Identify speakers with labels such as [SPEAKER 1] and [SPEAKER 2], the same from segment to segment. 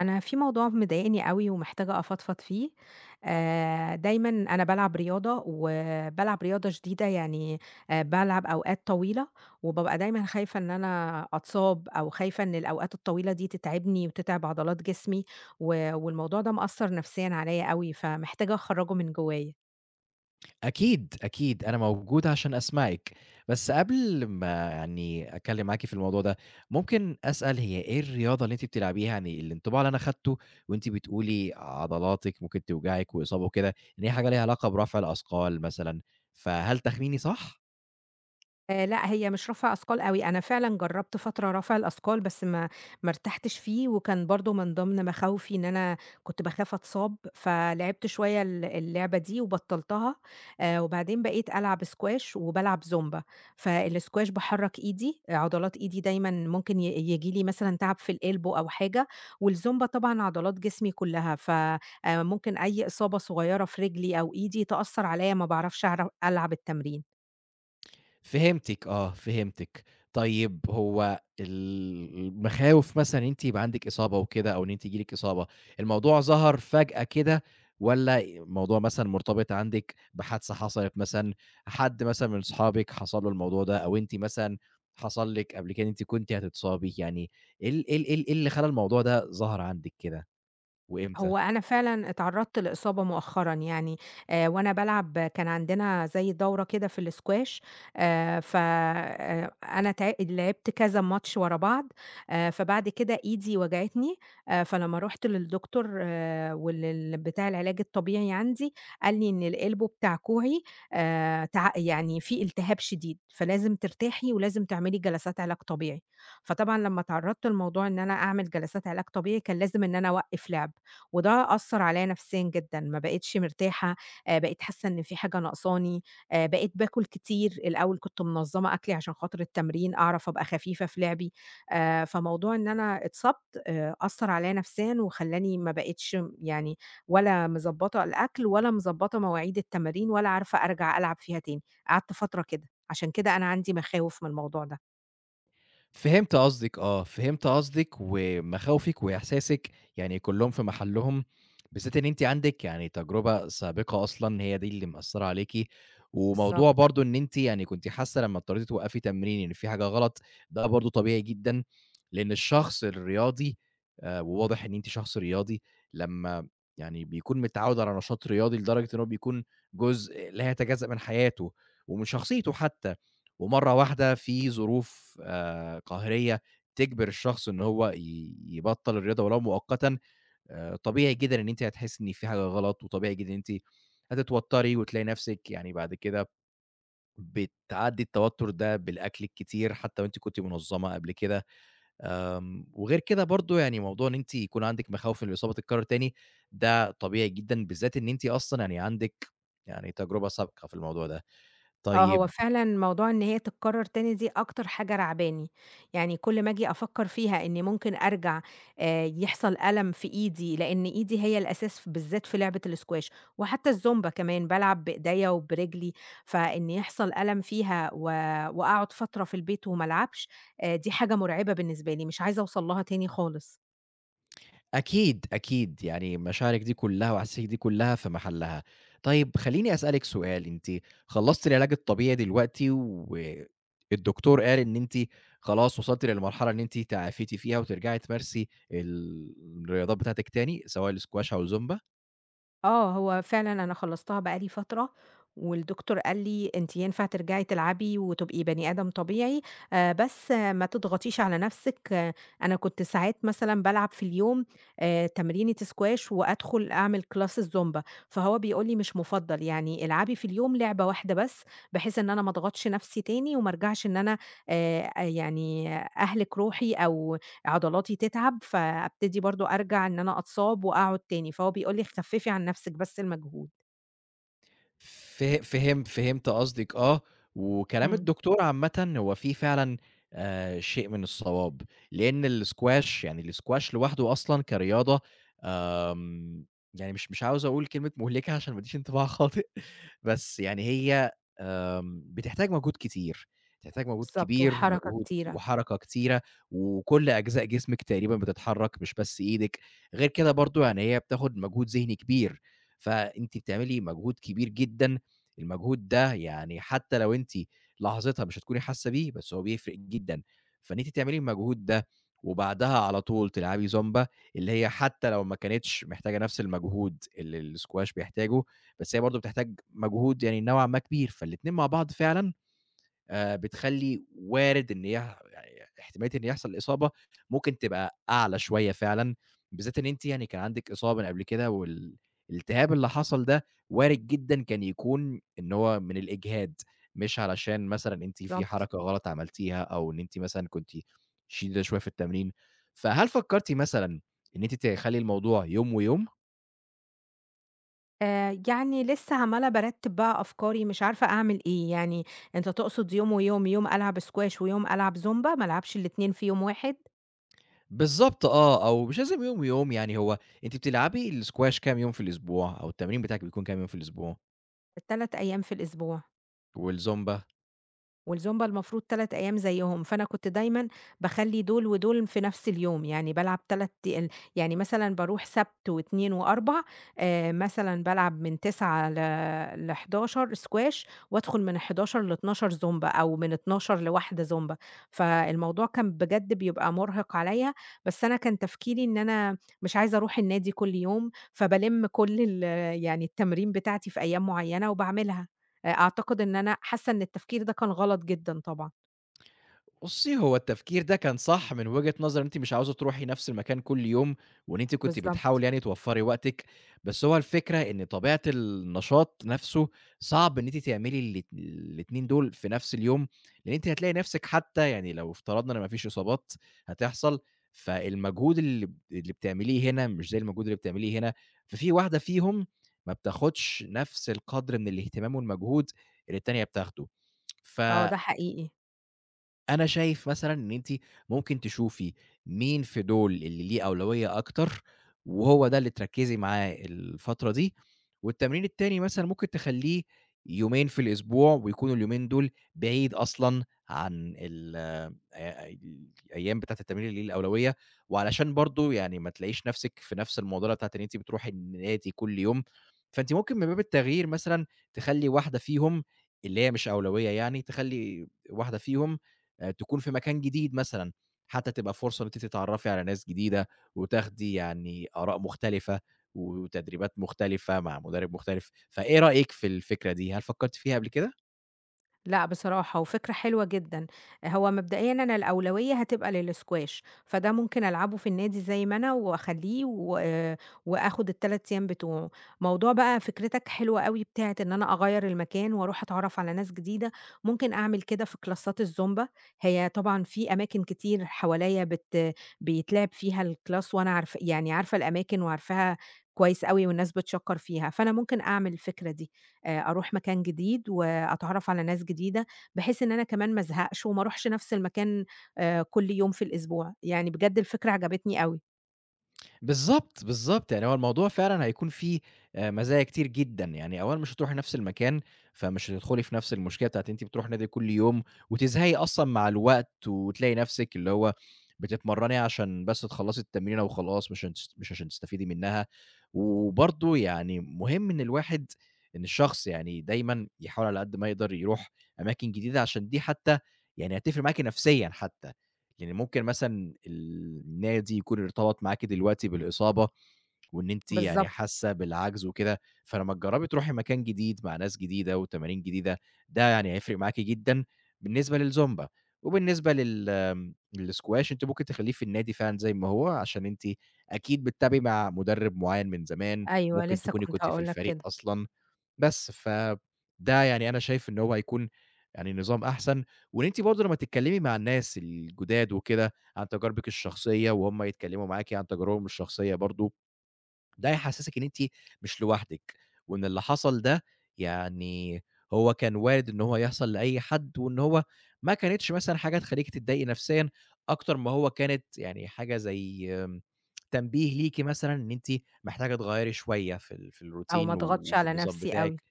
[SPEAKER 1] أنا في موضوع مضايقني أوي ومحتاجة أفضفض فيه، دايمًا أنا بالعب رياضة، وبالعب رياضة شديدة يعني بالعب أوقات طويلة، وبابقى دايمًا خايفة إن أنا أتصاب أو خايفة إن الأوقات الطويلة دي تتعبني وتتعب عضلات جسمي، والموضوع ده مأثّر نفسيًا عليَّ أوي، فمحتاجة أخرّجه من جوايا.
[SPEAKER 2] أكيد، أكيد، أنا موجود عشان أسمعِك، بس قبل ما أتكلّم معاكِ في الموضوع ده، ممكن أسأل هي إيه الرياضة اللي أنتِ بتلعبيها؟ يعني الانطباع اللي أنا خدته وأنتِ بتقولي عضلاتِك ممكن توجعِك وإصابة وكده، إن هي حاجة ليها علاقة برفع الأثقال مثلًا، فهل تخميني صح؟
[SPEAKER 1] لأ، هي مش رفع أثقال أوي، أنا فعلًا جرّبت فترة رفع الأثقال بس ما ارتحتش فيه، وكان برضه من ضمن مخاوفي إن أنا كنت باخاف أتصاب، فلعبت شوية اللعبة دي وبطّلتها، وبعدين بقيت ألعب squash وبالعب زومبا، فالsquash باحرّك إيدي، عضلات إيدي دايمًا ممكن ييجي لي مثلًا تعب في الelbow أو حاجة، والزومبا طبعًا عضلات جسمي كلّها، ف ممكن أي إصابة صغيّرة في رجلي أو إيدي تأثّر عليَّ ما باعرفش ألعب التمرين.
[SPEAKER 2] فهمتِك آه، فهمتِك. طيب هو ال المخاوف مثلًا إن أنتِ يبقى عندِك إصابة وكده أو إن أنتِ ييجي لِك إصابة، الموضوع ظهر فجأة كده والّا الموضوع مثلًا مرتبط عندِك بحادثة حصلت مثلًا، حد مثلًا من صحابِك حصل له الموضوع ده أو أنتِ مثلًا حصل لِك قبل كده إن أنتِ كنتِ هتتصابي، يعني إيه اللي خلّى الموضوع ده ظهر عندِك كده وإمتى؟
[SPEAKER 1] هو أنا فعلًا اتعرّضت لإصابة مؤخرًا يعني، وأنا بالعب كان عندنا زي دورة كده في الsquash ف أنا لعبت كذا ماتش ورا بعض، فبعد كده إيدي وجعتني، فلمّا رُحت للدكتور، بتاع العلاج الطبيعي عندي، قال لي إن الelbow بتاع كوعي تع يعني في التهاب شديد، فلازم ترتاحي ولازم تعملي جلسات علاج طبيعي، فطبعًا لمّا اتعرّضت لموضوع إن أنا أعمل جلسات علاج طبيعي كان لازم إن أنا أوقّف لعب. وده أثّر عليّا نفسيًا جدًا، ما بقيتش مرتاحة، بقيت حاسة إن في حاجة ناقصاني، بقيت باكل كتير، الأول كنت منظّمة أكلي عشان خاطر التمرين، أعرف أبقى خفيفة في لعبي، فموضوع إن أنا اتصبت أثّر عليّا نفسيًا وخلّاني ما بقيتش يعني ولا مضبّطة الأكل ولا مضبّطة مواعيد التمارين ولا عارفة أرجع ألعب فيها تاني، قعدت فترة كده، عشان كده أنا عندي مخاوف من الموضوع ده.
[SPEAKER 2] فهمت قصدِك آه، فهمت قصدِك ومخاوفِك وإحساسِك، يعني كلّهم في محلّهم، بالذات إن أنتِ عندِك يعني تجربة سابقة أصلًا هي دي اللي مأثّرة عليكِ، وموضوع
[SPEAKER 1] بالضبط.
[SPEAKER 2] برضه إن أنتِ يعني كنتِ حاسة لمّا اضطريتِ توقّفي تمرين إن في حاجة غلط، ده برضه طبيعي جدًا، لإن الشخص الرياضي وواضح إن أنتِ شخص رياضي، لمّا يعني بيكون متعوّد على نشاط رياضي لدرجة إن هو بيكون جزء لا يتجزأ من حياته ومن شخصيته حتى. ومرة واحدة في ظروف قهرية تجبر الشخص إن هو يبطّل الرياضة ولو مؤقتًا، طبيعي جدًا إن أنتِ هتحسّي إن في حاجة غلط، وطبيعي جدًا إن أنتِ هتتوتّري وتلاقي نَفْسِك يعني بعد كده بتعدّي التوتُّر ده بالأكل الكتير حتى وأنتِ كنتِ منظّمة قبل كده، وغير كده برضه يعني موضوع إن أنتِ يكون عندِك مخاوف إن الإصابة تتكرّر تاني، ده طبيعي جدًا بالذات إن أنتِ أصلًا يعني عندِك يعني تجربة سابقة في الموضوع ده.
[SPEAKER 1] آه، هو
[SPEAKER 2] طيب
[SPEAKER 1] فعلًا موضوع إن هي تتكرر تاني دي أكتر حاجة راعباني، يعني كل ما آجي أفكر فيها إني ممكن أرجع، يحصل ألم في إيدي لأن إيدي هي الأساس بالذات في لعبة الsquash، وحتى الزومبا كمان بالعب بإيديّا وبرجلي، فإن يحصل ألم فيها وأقعد فترة في البيت وما ألعبش، دي حاجة مرعبة بالنسبة لي، مش عايزة أوصل لها تاني خالص.
[SPEAKER 2] أكيد، أكيد، يعني مشاعرِك دي كلّها وأحاسيسِك دي كلّها في محلها. طيب خلّيني أسألِك سؤال، أنتِ خلّصتِ العلاج الطبيعي دلوقتي والدكتور قال إن أنتِ خلاص وصلتِ للمرحلة إن أنتِ تعافيتِ فيها وترجعي تمارسي الرياضات بتاعتِك تاني، سواء الsquash أو الزومبا.
[SPEAKER 1] آه، هو فعلًا أنا خلّصتها بقى لي فترة، والدكتور قال لي: "أنتِ ينفع ترجعي تلعبي وتبقي بني آدم طبيعي، بس ما تضغطيش على نفسِك." آه، أنا كنت ساعات مثلًا بالعب في اليوم تمرينة سكواش وأدخل أعمل كلاس الزومبا، فهو بيقول لي: "مش مُفضّل، يعني العبي في اليوم لعبة واحدة بس، بحيث إن أنا ما اضغطش نفسي تاني وما ارجعش إن أنا يعني أهلِك روحي أو عضلاتي تتعب، فأبتدي برضه أرجع إن أنا أتصاب وأقعد تاني، فهو بيقول لي خفّفي عن نَفْسِك بس المجهود."
[SPEAKER 2] ف فهم فهمت قصدِك آه، وكلام
[SPEAKER 1] إمم.
[SPEAKER 2] الدكتور عامةً هو فيه فعلًا شيء من الصواب، لإن الsquash يعني الsquash لوحده أصلًا كرياضة آمم، يعني مش عاوز أقول كلمة مُهلِكة عشان ما أديش انطباع خاطئ، بس يعني هي بتحتاج مجهود كتير، بتحتاج مجهود
[SPEAKER 1] بالضبط،
[SPEAKER 2] كبير،
[SPEAKER 1] وحركة
[SPEAKER 2] مجهود
[SPEAKER 1] كتيرة.
[SPEAKER 2] وحركة كتيرة، وكل أجزاء جسمِك تقريبًا بتتحرك مش بس إيدِك، غير كده برضه يعني هي بتاخد مجهود ذهني كبير، فأنتِ بتعملي مجهود كبير جدًا، المجهود ده يعني حتى لو أنتِ لحظتها مش هتكوني حاسة بيه، بس هو بيفرق جدًا، فإن أنتِ تعملي المجهود ده وبعدها على طول تلعبي زومبا، اللي هي حتى لو ما كانتش محتاجة نفس المجهود اللي الsquash بيحتاجه، بس هي برضه بتحتاج مجهود يعني نوعًا ما كبير، فالاتنين مع بعض فعلًا بتخلّي وارد إن يعني احتمالية إن يحصل إصابة ممكن تبقى أعلى شوية فعلًا، بالذات إن أنتِ يعني كان عندِك إصابة من قبل كده والالتهاب اللي حصل ده وارد جدًا كان يكون إن هو من الإجهاد، مش علشان مثلًا أنتِ في
[SPEAKER 1] بالضبط.
[SPEAKER 2] حركة غلط عملتيها أو إن أنتِ مثلًا كنتِ شديدة شوية في التمرين، فهل فكرتِ مثلًا إن أنتِ تخلّي الموضوع يوم ويوم؟
[SPEAKER 1] يعني لسه عمّالة بارتّب بقى أفكاري مش عارفة أعمل إيه، يعني أنت تقصد يوم ويوم، يوم ألعب squash ويوم ألعب زومبا، ما ألعبش الاتنين في يوم واحد؟
[SPEAKER 2] بالضبط آه، أو مش لازم يوم ويوم، يعني هو أنتِ بتلعبي الsquash كام يوم في الأسبوع أو التمرين بتاعِك بيكون كام يوم في الأسبوع
[SPEAKER 1] 3 أيام في الأسبوع.
[SPEAKER 2] والزومبا؟
[SPEAKER 1] والزومبا المفروض 3 أيام زيّهم، فأنا كنت دايمًا باخلّي دول ودول في نفس اليوم، يعني بالعب 3 ال يعني مثلًا باروح سبت و2 و4، مثلًا بالعب من 09:00 ل ل11:00 سكواش وأدخل من 11:00 ل12:00 زومبا أو من 12:00 ل13:00 زومبا، فالموضوع كان بجد بيبقى مرهق عليَّ، بس أنا كان تفكيري إن أنا مش عايزة أروح النادي كل يوم، فبالِم كل يعني التمارين بتاعتي في أيام معيّنة وباعملها. أعتقد إن أنا حاسة إن التفكير ده كان غلط جدًا طبعًا.
[SPEAKER 2] بُصّي، هو التفكير ده كان صح من وجهة نظر إن أنتِ مش عاوزة تروحي نفس المكان كل يوم، وإن أنتِ كنتِ بتحاولي
[SPEAKER 1] بالضبط.
[SPEAKER 2] يعني توفّري وقتِك، بس هو الفكرة إن طبيعة النشاط نفسه صعب إن أنتِ تعملي الاتنين دول في نفس اليوم، لإن أنتِ هتلاقي نفسِك حتى يعني لو افترضنا إن ما فيش إصابات هتحصل، فالمجهود اللي بتعمليه هنا مش زي المجهود اللي بتعمليه هنا، ففي واحدة فيهم ما بتاخدش نفس القدر من الاهتمام والمجهود اللي التانية بتاخده، ف
[SPEAKER 1] آه ده حقيقي.
[SPEAKER 2] أنا شايف مثلًا إن أنتِ ممكن تشوفي مين في دول اللي ليه أولوية أكتر، وهو ده اللي تركّزي معاه الفترة دي، والتمرين التاني مثلًا ممكن تخلّيه يومين في الأسبوع، ويكونوا اليومين دول بعيد أصلًا عن ال آآ الأيام بتاعة التمرين اللي ليه الأولوية، وعلشان برضه يعني ما تلاقيش نَفْسِك في نَفْس المعضلة بتاعة إن أنتِ بتروحي النادي كل يوم، فأنتِ ممكن من باب التغيير مثلًا تخلّي واحدة فيهم اللي هي مش أولوية يعني، تخلّي واحدة فيهم تكون في مكان جديد مثلًا، حتى تبقى فرصة إن أنتِ تتعرّفي على ناس جديدة وتاخدي يعني آراء مختلفة وتدريبات مختلفة مع مدرب مختلف، فإيه رأيِك في الفكرة دي، هل فكّرتِ فيها قبل كده؟
[SPEAKER 1] لأ بصراحة، وفكرة حلوة جدًا. هو مبدئيًا أنا الأولوية هتبقى للsquash، فده ممكن ألعبه في النادي زي ما أنا وأخلّيه و آه، وآخد ال3 أيام بتوعه. موضوع بقى فكرتك حلوة أوي بتاعة إن أنا أغيّر المكان وأروح أتعرّف على ناس جديدة، ممكن أعمل كده في كلاسات الزومبا، هي طبعًا في أماكن كتير حواليّا بيتلعب فيها الclass وأنا يعني عارفة الأماكن وعارفاها كويس أوي والناس بتشكّر فيها، فأنا ممكن أعمل الفكرة دي. أروح مكان جديد وأتعرّف على ناس جديدة، بحيث إن أنا كمان ما أزهقش وما أروحش نفس المكان كل يوم في الأسبوع، يعني بجد الفكرة عجبتني أوي.
[SPEAKER 2] بالضبط، بالضبط، يعني هو الموضوع فعلًا هيكون فيه مزايا كتير جدًا، يعني أولًا مش هتروحي نفس المكان، فمش هتدخلي في نفس المشكلة بتاعة أنتِ بتروحي نادي كل يوم وتزهقي أصلًا مع الوقت، وتلاقي نفسِك اللي هو بتتمرني عشان بس تخلصي التمرينة وخلاص، مش عشان تستفيدي منها، وبرضه يعني مهم إن الشخص يعني دايمًا يحاول على قد ما يقدر يروح أماكن جديدة، عشان دي حتى يعني هتفرق معاكِ نفسيًا حتى. يعني ممكن مثلًا النادي يكون ارتبط معاكِ دلوقتي بالإصابة، وإن أنتِ يعني
[SPEAKER 1] بالضبط.
[SPEAKER 2] حاسة بالعجز وكده، فلمّا تجربي تروحي مكان جديد مع ناس جديدة وتمارين جديدة، ده يعني هيفرق معاكِ جدًا بالنسبة للزومبا، وبالنسبة لل آمم، للsquash أنتِ ممكن تخلّيه في النادي فعلًا زي ما هو، عشان أنتِ أكيد بتتابعي مع مدرب معين من زمان،
[SPEAKER 1] أيوه
[SPEAKER 2] ممكن
[SPEAKER 1] لسه
[SPEAKER 2] تكوني
[SPEAKER 1] كنت
[SPEAKER 2] كنتِ في
[SPEAKER 1] هاقول لك
[SPEAKER 2] الفريق
[SPEAKER 1] كده.
[SPEAKER 2] أصلًا. بس، فده يعني أنا شايف إن هو هيكون يعني نظام أحسن، وإن أنتِ برضه لمّا تتكلمي مع الناس الجداد وكده عن تجاربِك الشخصية، وهُم يتكلموا معاكِ عن تجاربهم الشخصية برضه، ده هيحسسِك إن أنتِ مش لوحدِك، وإن اللي حصل ده يعني هو كان وارد إن هو يحصل لأي حد، وإن هو ما كانتش مثلًا حاجة تخلّيكِ تتضايقي نفسيًا أكتر ما هو كانت يعني حاجة زي تنبيه ليكِ مثلًا إن أنتِ محتاجة تغيّري شوية في
[SPEAKER 1] أو ما
[SPEAKER 2] الروتين
[SPEAKER 1] أضغطش
[SPEAKER 2] وفي
[SPEAKER 1] على
[SPEAKER 2] النظام
[SPEAKER 1] نفسي أوي.
[SPEAKER 2] بتاعِك.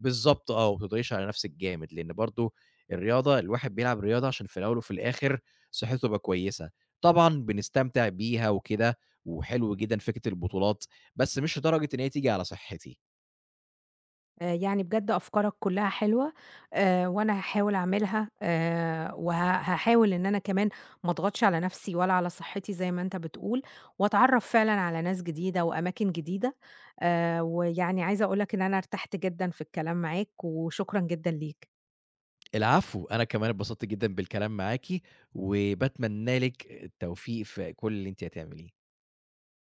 [SPEAKER 2] بالضبط آه، وما تضغطيش على نفسِك جامد، لإن برضه الواحد بيلعب رياضة عشان في الأول وفي الآخر صحته تبقى كويسة، طبعًا بنستمتع بيها وكده، وحلو جدًا فكرة البطولات، بس مش لدرجة إن هي تيجي على صحتي.
[SPEAKER 1] يعني بجد أفكارك كلّها حلوة، وأنا هاحاول أعملها، وها هاحاول إن أنا كمان ما أضغطش على نفسي ولا على صحتي زي ما أنت بتقول، وأتعرّف فعلًا على ناس جديدة وأماكن جديدة، ويعني عايزة أقول لك إن أنا ارتحت جدًا في الكلام معاك، وشكرًا جدًا ليك.
[SPEAKER 2] العفو، أنا كمان اتبسطت جدًا بالكلام معاكِ، وباتمنى لِك التوفيق في كل اللي أنتِ هتعمليه.